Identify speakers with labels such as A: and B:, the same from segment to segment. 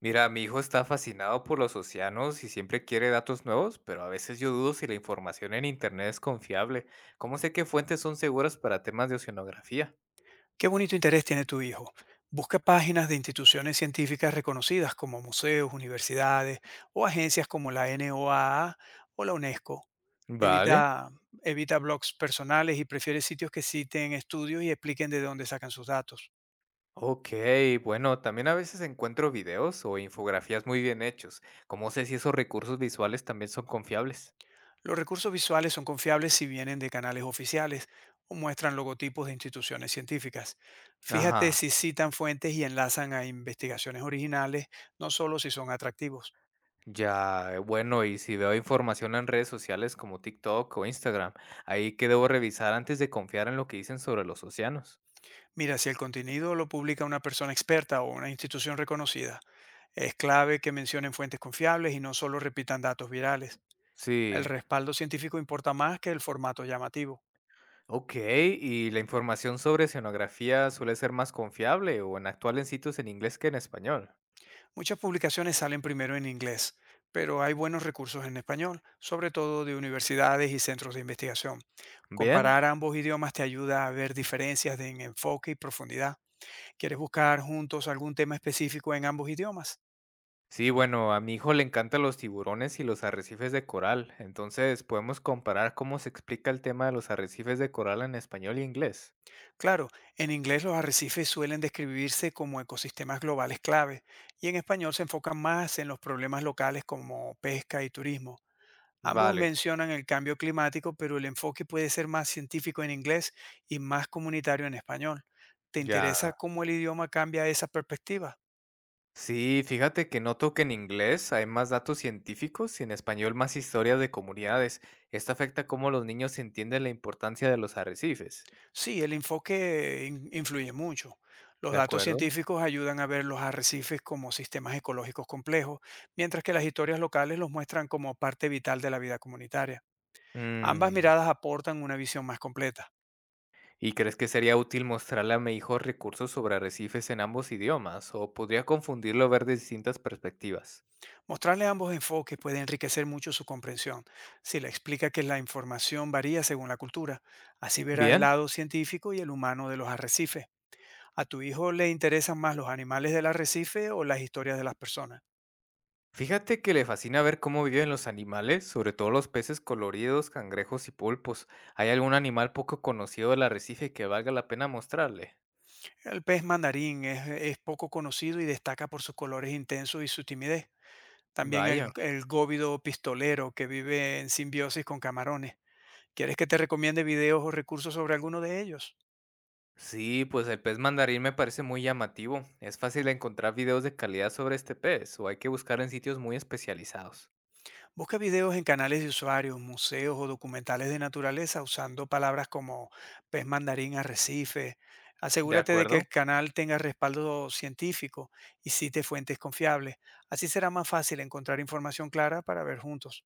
A: Mira, mi hijo está fascinado por los océanos y siempre quiere datos nuevos, pero a veces yo dudo si la información en Internet es confiable. ¿Cómo sé qué fuentes son seguras para temas de oceanografía?
B: Qué bonito interés tiene tu hijo. Busca páginas de instituciones científicas reconocidas como museos, universidades o agencias como la NOAA o A o la UNESCO.
A: Vale.
B: Evita, evita blogs personales y prefiere sitios que citen estudios y expliquen de dónde sacan sus datos.
A: Ok, bueno, también a veces encuentro videos o infografías muy bien hechos. ¿Cómo sé si esos recursos visuales también son confiables?
B: Los recursos visuales son confiables si vienen de canales oficiales o muestran logotipos de instituciones científicas. Fíjate
A: Ajá,
B: si citan fuentes y enlazan a investigaciones originales, no solo si son atractivos.
A: ya, bueno, y si veo información en redes sociales como TikTok o Instagram, ahí qué debo revisar antes de confiar en lo que dicen sobre los océanos.
B: Mira, si el contenido lo publica una persona experta o una institución reconocida, es clave que mencionen fuentes confiables y no solo repitan datos virales. El
A: Sí.
B: respaldo científico importa más que el formato llamativo.
A: Ok, ¿y la información sobre escenografía suele ser más confiable o en actual en sitios en inglés que en español?
B: Muchas publicaciones salen primero en inglés, pero hay buenos recursos en español, sobre todo de universidades y centros de investigación.
A: Bien.
B: Comparar ambos idiomas te ayuda a ver diferencias en enfoque y profundidad. ¿Quieres buscar juntos algún tema específico en ambos idiomas?
A: Sí, bueno, a mi hijo le encantan los tiburones y los arrecifes de coral, entonces podemos comparar cómo se explica el tema de los arrecifes de coral en español y inglés.
B: Claro, en inglés los arrecifes suelen describirse como ecosistemas globales clave y en español se enfocan más en los problemas locales como pesca y turismo. Ambos
A: Vale,
B: mencionan el cambio climático, pero el enfoque puede ser más científico en inglés y más comunitario en español. ¿Te
A: ya.
B: interesa cómo el idioma cambia esa perspectiva?
A: Sí, fíjate que noto que en inglés hay más datos científicos y en español más historias de comunidades. Esto afecta cómo los niños entienden la importancia de los arrecifes.
B: Sí, el enfoque influye mucho. Los
A: ¿De
B: datos
A: acuerdo?
B: científicos ayudan a ver los arrecifes como sistemas ecológicos complejos, mientras que las historias locales los muestran como parte vital de la vida comunitaria. Ambas
A: Mm.
B: miradas aportan una visión más completa.
A: ¿Y crees que sería útil mostrarle a mi hijo recursos sobre arrecifes en ambos idiomas o podría confundirlo ver de distintas perspectivas?
B: Mostrarle ambos enfoques puede enriquecer mucho su comprensión, si le explica que la información varía según la cultura. Así verá el
A: Bien,
B: lado científico y el humano de los arrecifes. ¿A tu hijo le interesan más los animales del arrecife o las historias de las personas?
A: fíjate que le fascina ver cómo viven los animales, sobre todo los peces coloridos, cangrejos y pulpos. ¿Hay algún animal poco conocido del arrecife que valga la pena mostrarle?
B: El pez mandarín es poco conocido y destaca por sus colores intensos y su timidez. También el,
A: Vaya.
B: el góvido pistolero que vive en simbiosis con camarones. ¿Quieres que te recomiende videos o recursos sobre alguno de ellos?
A: Sí, pues el pez mandarín me parece muy llamativo. ¿Es fácil encontrar videos de calidad sobre este pez o hay que buscar en sitios muy especializados?
B: Busca videos en canales de usuarios, museos o documentales de naturaleza usando palabras como pez mandarín arrecife.
A: ¿De
B: Asegúrate de que
A: acuerdo?
B: el canal tenga respaldo científico y cite fuentes confiables. Así será más fácil encontrar información clara para ver juntos.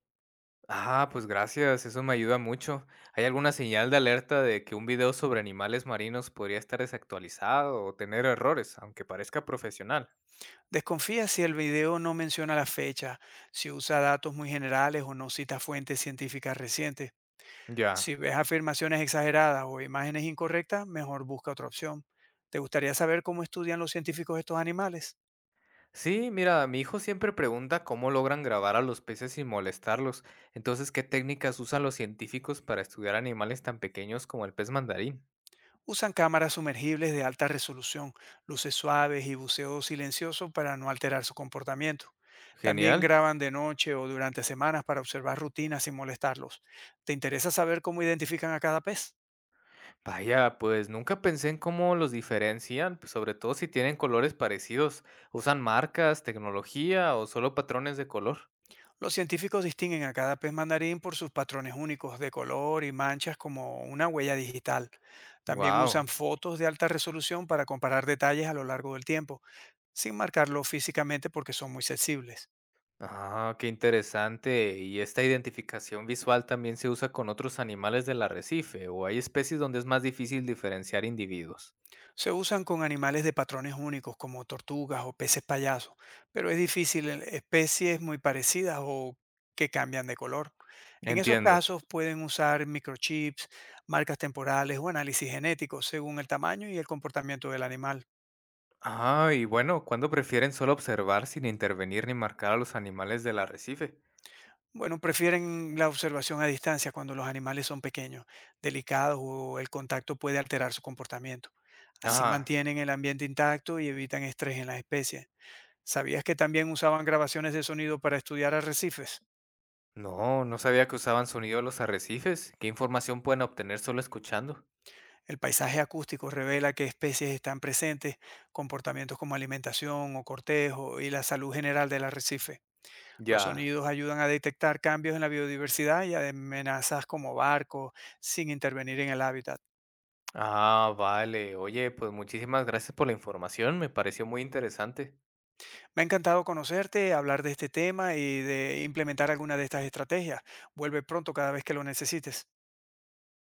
A: Ah, pues gracias, eso me ayuda mucho. ¿Hay alguna señal de alerta de que un video sobre animales marinos podría estar desactualizado o tener errores, aunque parezca profesional?
B: Desconfía si el video no menciona la fecha, si usa datos muy generales o no cita fuentes científicas recientes. Si
A: Ya.
B: ves afirmaciones exageradas o imágenes incorrectas, mejor busca otra opción. ¿Te gustaría saber cómo estudian los científicos estos animales?
A: Sí, mira, mi hijo siempre pregunta cómo logran grabar a los peces sin molestarlos. Entonces, ¿qué técnicas usan los científicos para estudiar animales tan pequeños como el pez mandarín?
B: Usan cámaras sumergibles de alta resolución, luces suaves y buceo silencioso para no alterar su comportamiento. También
A: Genial.
B: graban de noche o durante semanas para observar rutinas sin molestarlos. ¿Te interesa saber cómo identifican a cada pez?
A: Vaya, pues nunca pensé en cómo los diferencian, pues, sobre todo si tienen colores parecidos. ¿Usan marcas, tecnología o solo patrones de color?
B: Los científicos distinguen a cada pez mandarín por sus patrones únicos de color y manchas como una huella digital. También
A: Wow.
B: usan fotos de alta resolución para comparar detalles a lo largo del tiempo, sin marcarlo físicamente porque son muy sensibles.
A: Ah, qué interesante. ¿Y esta identificación visual también se usa con otros animales del arrecife o hay especies donde es más difícil diferenciar individuos?
B: Se usan con animales de patrones únicos como tortugas o peces payasos, pero es difícil en especies muy parecidas o que cambian de color. En esos
A: Entiendo.
B: casos pueden usar microchips, marcas temporales o análisis genético según el tamaño y el comportamiento del animal.
A: Ah, y bueno, ¿cuándo prefieren solo observar sin intervenir ni marcar a los animales del arrecife?
B: Bueno, prefieren la observación a distancia cuando los animales son pequeños, delicados o el contacto puede alterar su comportamiento. Así
A: Ah,
B: mantienen el ambiente intacto y evitan estrés en las especies. ¿Sabías que también usaban grabaciones de sonido para estudiar arrecifes?
A: no, no sabía que usaban sonido los arrecifes. ¿Qué información pueden obtener solo escuchando?
B: El paisaje acústico revela qué especies están presentes, comportamientos como alimentación o cortejo y la salud general del arrecife. Los
A: Ya.
B: sonidos ayudan a detectar cambios en la biodiversidad y a amenazas como barcos sin intervenir en el hábitat.
A: Ah, vale. Oye, pues muchísimas gracias por la información. Me pareció muy interesante.
B: Me ha encantado conocerte, hablar de este tema y de implementar alguna de estas estrategias. Vuelve pronto cada vez que lo necesites.